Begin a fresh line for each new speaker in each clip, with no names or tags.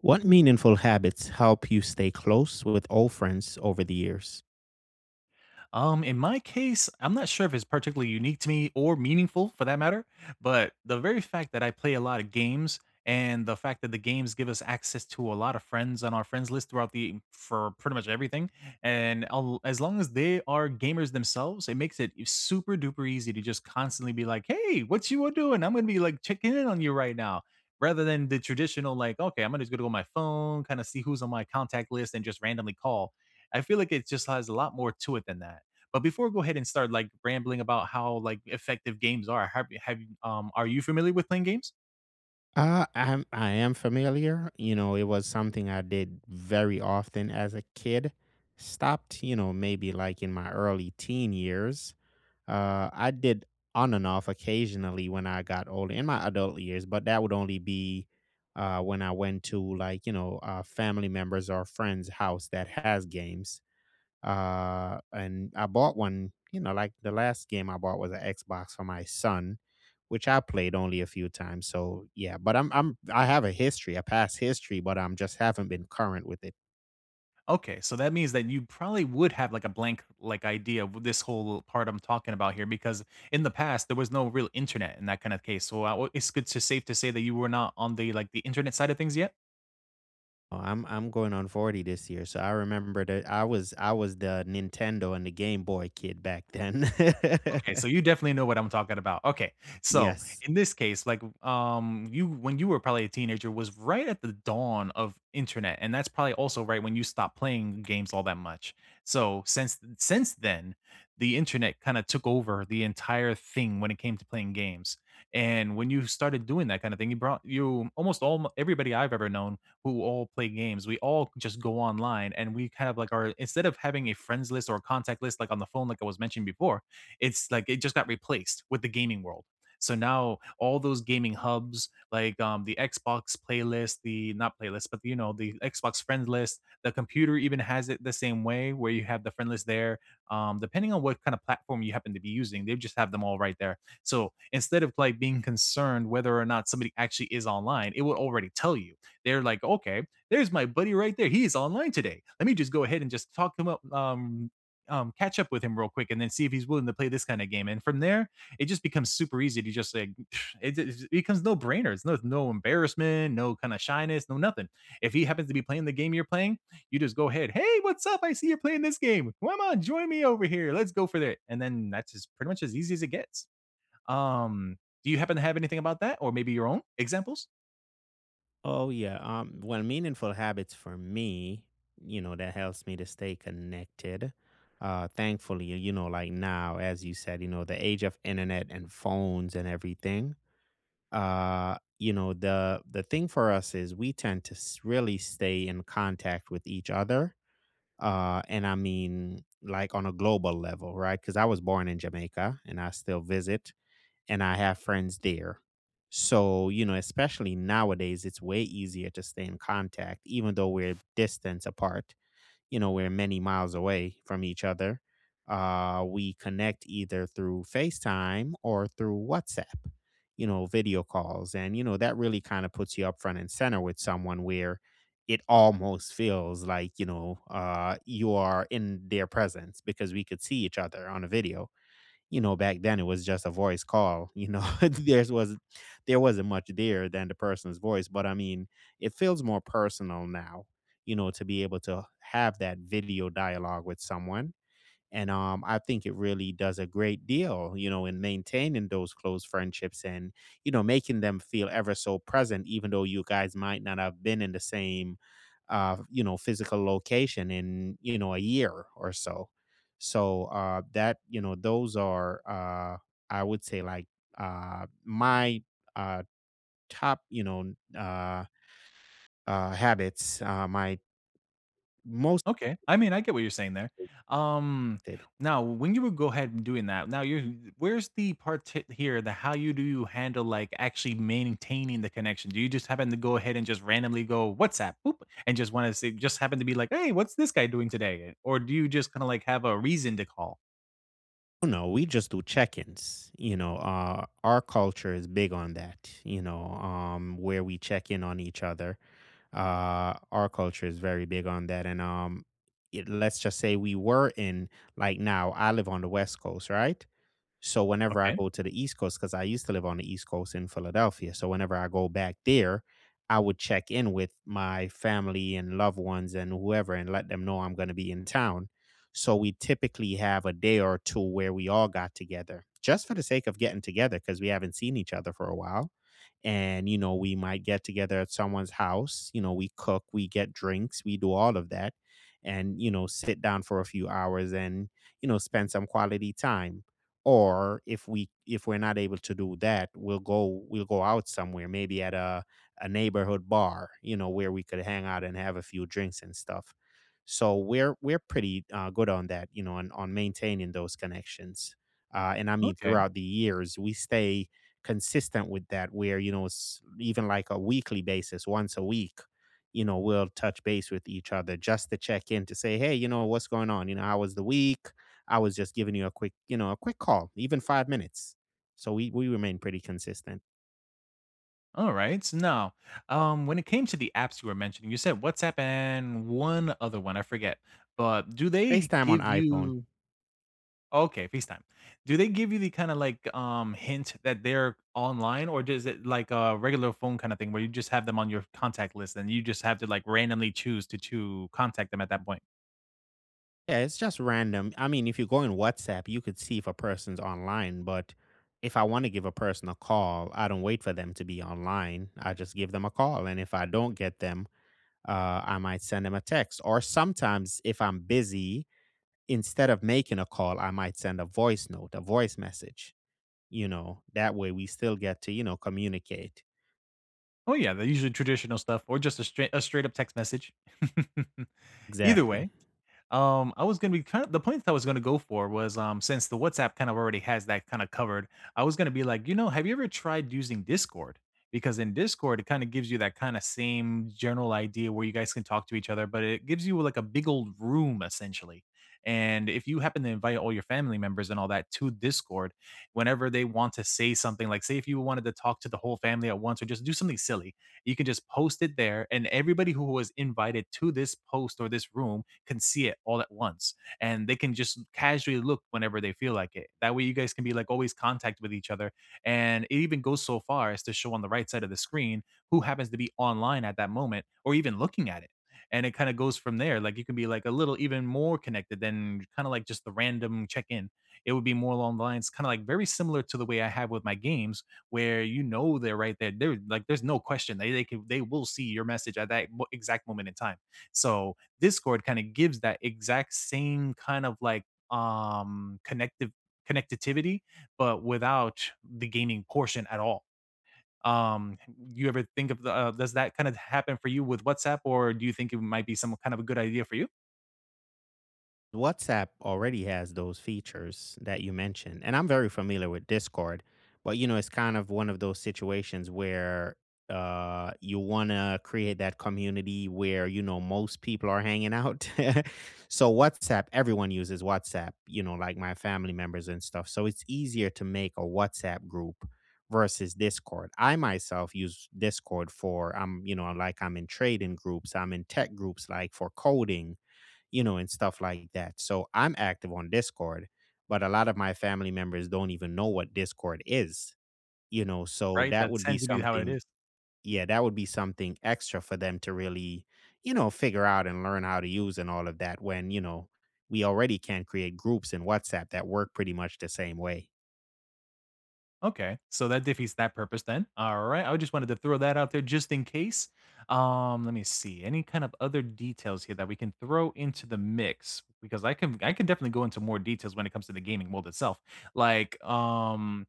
What meaningful habits help you stay close with old friends over the years?
In my case, I'm not sure if it's particularly unique to me or meaningful for that matter, but the very fact that I play a lot of games and the fact that the games give us access to a lot of friends on our friends list throughout the for pretty much everything and as long as they are gamers themselves, it makes it super duper easy to just constantly be like, hey, what you all doing? I'm gonna be like checking in on you right now, rather than the traditional like, okay, I'm gonna just gonna go on my phone, kind of see who's on my contact list and just randomly call. I feel like it just has a lot more to it than that. But before we go ahead and start, like, rambling about how, like, effective games are, have you are you familiar with playing games?
I am familiar. You know, it was something I did very often as a kid. Stopped, you know, maybe like in my early teen years. I did on and off occasionally when I got older in my adult years, but that would only be when I went to like, you know, family members or friends' house that has games. And I bought one, you know, like the last game I bought was an Xbox for my son, which I played only a few times. So yeah, but I'm I have a history, a past history, but I'm just haven't been current with it.
Okay, so that means that you probably would have, like, a blank, like, idea of this whole part I'm talking about here, because in the past, there was no real internet in that kind of case, so, it's good to safe to say that you were not on the, like, the internet side of things yet?
Oh, I'm going on 40 this year, so I remember that I was the Nintendo and the Game Boy kid back then.
Okay, so you definitely know what I'm talking about. Okay, so
Yes.
in this case, like, you when you were probably a teenager was right at the dawn of internet, and that's probably also right when you stopped playing games all that much. So since then, the internet kind of took over the entire thing when it came to playing games. And when you started doing that kind of thing, you brought you almost all everybody I've ever known who all play games. We all just go online and we kind of like are instead of having a friends list or a contact list like on the phone, like I was mentioning before, it's like it just got replaced with the gaming world. So now all those gaming hubs, like the Xbox playlist, the not playlist, but you know the Xbox friend list, the computer even has it the same way, where you have the friend list there. Depending on what kind of platform you happen to be using, they just have them all right there. So instead of like being concerned whether or not somebody actually is online, it will already tell you. They're like, okay, there's my buddy right there. He's online today. Let me just go ahead and just talk him up, catch up with him real quick and then see if he's willing to play this kind of game. And from there, it just becomes super easy to just like it becomes no brainers, no embarrassment, no kind of shyness, no nothing. If he happens to be playing the game you're playing, you just go ahead. Hey, what's up? I see you're playing this game. Come on, join me over here. Let's go for that. And then that's as pretty much as easy as it gets. Um, do you happen to have anything about that, or maybe your own examples?
Oh yeah. Well, meaningful habits for me, you know, that helps me to stay connected. Thankfully, you know, like now, as you said, you know, the age of internet and phones and everything. You know, the thing for us is we tend to really stay in contact with each other. And I mean like on a global level, right? Cuz I was born in Jamaica and I still visit and I have friends there. So, you know, especially nowadays, it's way easier to stay in contact, even though we're distance apart. You know, we're many miles away from each other. We connect either through FaceTime or through WhatsApp, you know, video calls. And, you know, that really kind of puts you up front and center with someone where it almost feels like, you know, you are in their presence because we could see each other on a video. You know, back then it was just a voice call, you know. There wasn't much there than the person's voice, but I mean it feels more personal now, you know, to be able to have that video dialogue with someone. And I think it really does a great deal, you know, in maintaining those close friendships and, you know, making them feel ever so present, even though you guys might not have been in the same, you know, physical location in, you know, a year or so. So that, you know, those are, I would say, like my uh, top, you know, uh, habits, my most
Okay. I mean, I get what you're saying there. Um,
did
now when you would go ahead and doing that, now you're where's the part here, the how you do you handle like actually maintaining the connection? Do you just happen to go ahead and just randomly go WhatsApp, boop, and just want to say just happen to be like, hey, what's this guy doing today? Or do you just kind of like have a reason to call?
oh, no, we just do check-ins. You know, our culture is big on that. You know, where we check in on each other. Our culture is very big on that. And it, let's just say we were in like now. I live on the West Coast, right? So whenever I
Okay.
go to the East Coast, because I used to live on the East Coast in Philadelphia, so whenever I go back there, I would check in with my family and loved ones and whoever and let them know I'm going to be in town. So we typically have a day or two where we all got together just for the sake of getting together because we haven't seen each other for a while. And, you know, we might get together at someone's house. You know, we cook, we get drinks, we do all of that and, you know, sit down for a few hours and, you know, spend some quality time. Or if we're not able to do that, we'll go out somewhere, maybe at a neighborhood bar, you know, where we could hang out and have a few drinks and stuff. So we're pretty good on that, you know, on maintaining those connections. And I mean,
Okay.
throughout the years, we stay consistent with that where, you know, it's even like a weekly basis, once a week. You know, we'll touch base with each other just to check in to say hey, you know, what's going on, you know, how was the week. I was just giving you a quick, you know, a quick call, even 5 minutes. So we remain pretty consistent.
All right. So now, when it came to the apps you were mentioning, you said WhatsApp and one other one, I forget. But do they
FaceTime on
give
iPhone.
you Okay, FaceTime. Do they give you the kinda like, hint that they're online, or does it like a regular phone kinda thing where you just have them on your contact list and you just have to, like, randomly choose to contact them at that point?
Yeah, it's just random. I mean, if you go in WhatsApp, you could see if a person's online, but if I want to give a person a call, I don't wait for them to be online. I just give them a call. And if I don't get them, I might send them a text. Or sometimes if I'm busy, instead of making a call, I might send a voice note, a voice message. You know, that way we still get to, you know, communicate.
Oh, yeah, they're usually traditional stuff or just a straight up text message. Either way
Exactly.
I was gonna be kind of the point that I was gonna go for was since the WhatsApp kind of already has that kind of covered, I was gonna be like, you know, have you ever tried using Discord? Because in Discord, it kind of gives you that kind of same general idea where you guys can talk to each other, but it gives you like a big old room essentially. And if you happen to invite all your family members and all that to Discord, whenever they want to say something, like say if you wanted to talk to the whole family at once or just do something silly, you can just post it there, and everybody who was invited to this post or this room can see it all at once, and they can just casually look whenever they feel like it. That way, you guys can be like always contact with each other, and it even goes so far as to show on the right side of the screen who happens to be online at that moment or even looking at it, and it kind of goes from there. Like, you can be like a little even more connected than kind of like just the random check in. It would be more along the lines kind of like very similar to the way I have with my games, where you know they're right there. They're like, there's no question they can they will see your message at that exact moment in time. So Discord kind of gives that exact same kind of like connective connectivity, but without the gaming portion at all. Um, you ever think of the, does that kind of happen for you with WhatsApp, or do you think it might be some kind of a good idea for you?
WhatsApp already has those features that you mentioned, and I'm very familiar with Discord, but you know, it's kind of one of those situations where you want to create that community where, you know, most people are hanging out. So WhatsApp, everyone uses WhatsApp, you know, like my family members and stuff. So it's easier to make a WhatsApp group versus Discord. I myself use Discord for I'm, you know, like I'm in trading groups, I'm in tech groups like for coding, you know, and stuff like that. So I'm active on Discord, but a lot of my family members don't even know what Discord is, you know, so
Right,
that
that
would be
tends to be how it
something.
is.
Yeah, that would be something extra for them to really, you know, figure out and learn how to use and all of that when, you know, we already can create groups in WhatsApp that work pretty much the same way.
Okay, so that defeats that purpose then. All right, I just wanted to throw that out there just in case. Let me see any kind of other details here that we can throw into the mix, because I can definitely go into more details when it comes to the gaming world itself. Like,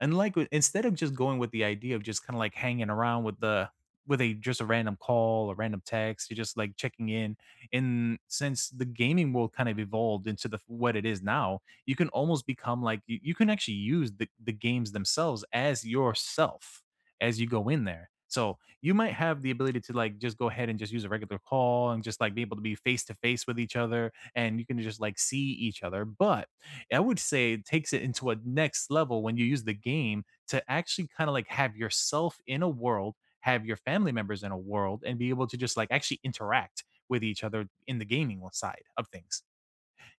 and like instead of just going with the idea of just kind of like hanging around with the with a just a random call, a random text, you're just like checking in. And since the gaming world kind of evolved into the what it is now, you can almost become like you can actually use the games themselves as yourself as you go in there, so you might have the ability to like just go ahead and just use a regular call and just like be able to be face to face with each other and you can just like see each other. But I would say it takes it into a next level when you use the game to actually kind of like have yourself in a world, have your family members in a world, and be able to just like actually interact with each other in the gaming side of things.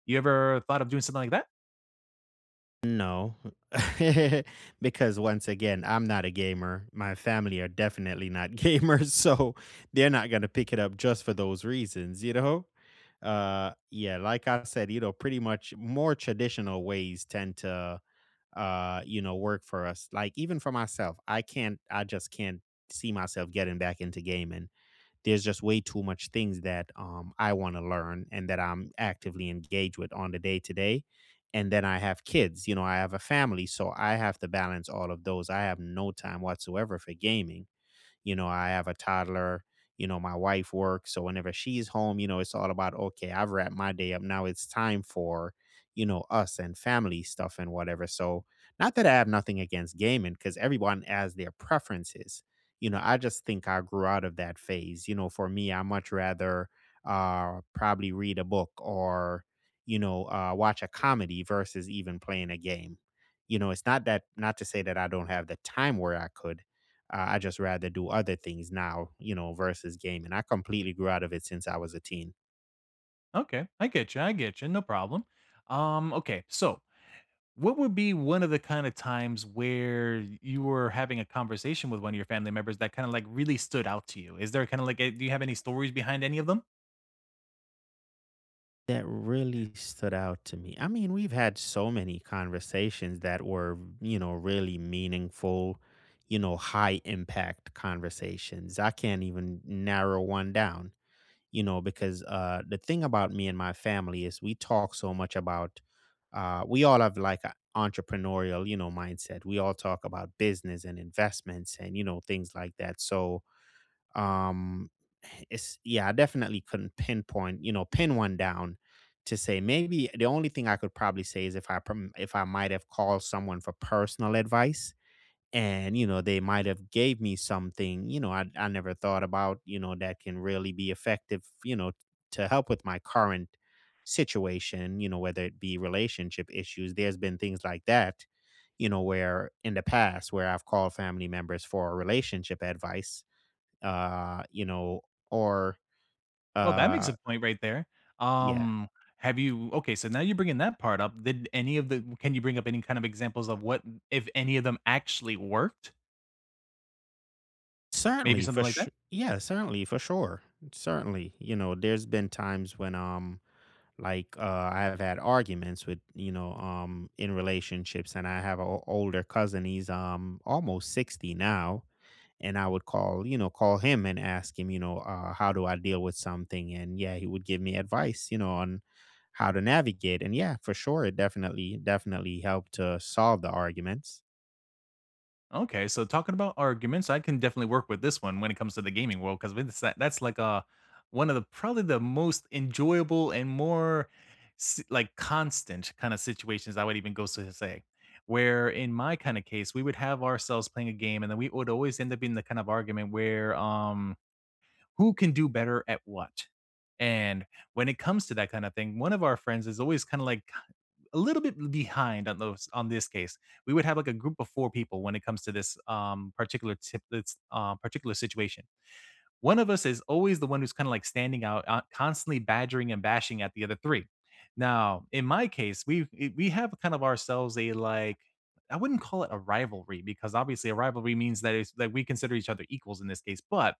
You ever thought of doing something like that?
No, because once again, I'm not a gamer. My family are definitely not gamers, so they're not gonna pick it up just for those reasons, you know? Yeah, like I said, you know, pretty much more traditional ways tend to, you know, work for us. Like even for myself, I just can't see myself getting back into gaming. There's just way too much things that I want to learn and that I'm actively engaged with on the day to day. And then I have kids, you know, I have a family, so I have to balance all of those. I have no time whatsoever for gaming, you know, I have a toddler. You know, my wife works. So whenever she's home, you know, it's all about, okay, I've wrapped my day up. Now it's time for, you know, us and family stuff and whatever. So, not that I have nothing against gaming because everyone has their preferences. You know, I just think I grew out of that phase. You know, for me, I much rather probably read a book or, you know, watch a comedy versus even playing a game. You know, it's not that, not to say that I don't have the time where I could, I just rather do other things now, you know, versus gaming. I completely grew out of it since I was a teen.
Okay, I get you. I get you. No problem. Okay, so what would be one of the kind of times where you were having a conversation with one of your family members that kind of like really stood out to you? Is there kind of like, a, do you have any stories behind any of them?
That really stood out to me. I mean, we've had so many conversations that were, you know, really meaningful, you know, high impact conversations. I can't even narrow one down, you know, because the thing about me and my family is we talk so much about, we all have like a entrepreneurial, you know, mindset. We all talk about business and investments and, you know, things like that. So, Um, it's yeah, I definitely couldn't pinpoint, you know, pin one down. To say maybe the only thing I could probably say is if if I might have called someone for personal advice, and you know they might have gave me something, you know. I never thought about, you know, that can really be effective, you know, to help with my current situation, you know, whether it be relationship issues. There's been things like that, you know, where in the past where I've called family members for relationship advice, you know, or,
Well, that makes
uh
a point right there.
yeah.
Um, have you? Okay, so now you're bringing that part up. Did any of the? Can you bring up any kind of examples of what, if any of them actually worked? Maybe
Certainly,
something
for
like that.
sure, yeah, certainly, for sure. Certainly, you know, there's been times when, like, I have had arguments with, you know, in relationships, and I have an older cousin, he's, almost 60 now, and I would call, you know, call him and ask him, you know, "How do I deal with something?" And yeah, he would give me advice, you know, on how to navigate, and yeah, for sure, it definitely helped to solve the arguments.
Okay, so talking about arguments, I can definitely work with this one when it comes to the gaming world, because that's like one of the probably the most enjoyable and more like constant kind of situations I would even go so to say. Where in my kind of case, we would have ourselves playing a game, and then we would always end up in the kind of argument where who can do better at what. And when it comes to that kind of thing, one of our friends is always kind of like a little bit behind on those on this case. We would have like a group of four people when it comes to this particular tip, this particular situation. One of us is always the one who's kind of like standing out, constantly badgering and bashing at the other three. Now, in my case, we have kind of ourselves a like, I wouldn't call it a rivalry because obviously a rivalry means that it's that we consider each other equals in this case, but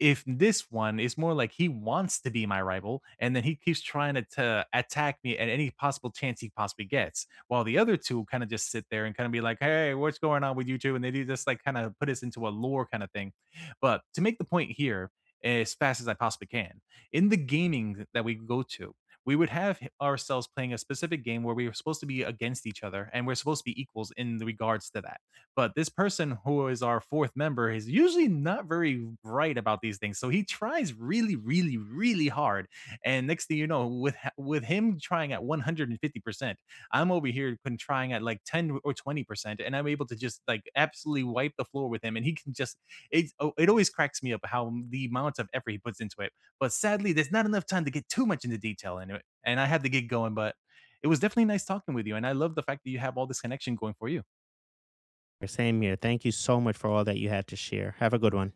if this one is more like he wants to be my rival, and then he keeps trying to attack me at any possible chance he possibly gets, while the other two kind of just sit there and kind of be like, "Hey, what's going on with you two?" And they do just like kind of put us into a lore kind of thing. But to make the point here as fast as I possibly can, in the gaming that we go to, we would have ourselves playing a specific game where we were supposed to be against each other and we're supposed to be equals in regards to that, but this person who is our fourth member is usually not very bright about these things. So he tries really, really, really hard. And next thing you know, with him trying at 150%, I'm over here trying at like 10 or 20%. And I'm able to just like absolutely wipe the floor with him. And he can just it, oh, it always cracks me up how the amount of effort he puts into it. But sadly, there's not enough time to get too much into detail into it. And I had to get going, but it was definitely nice talking with you. And I love the fact that you have all this connection going for you.
Same here. Thank you so much for all that you had to share. Have a good one.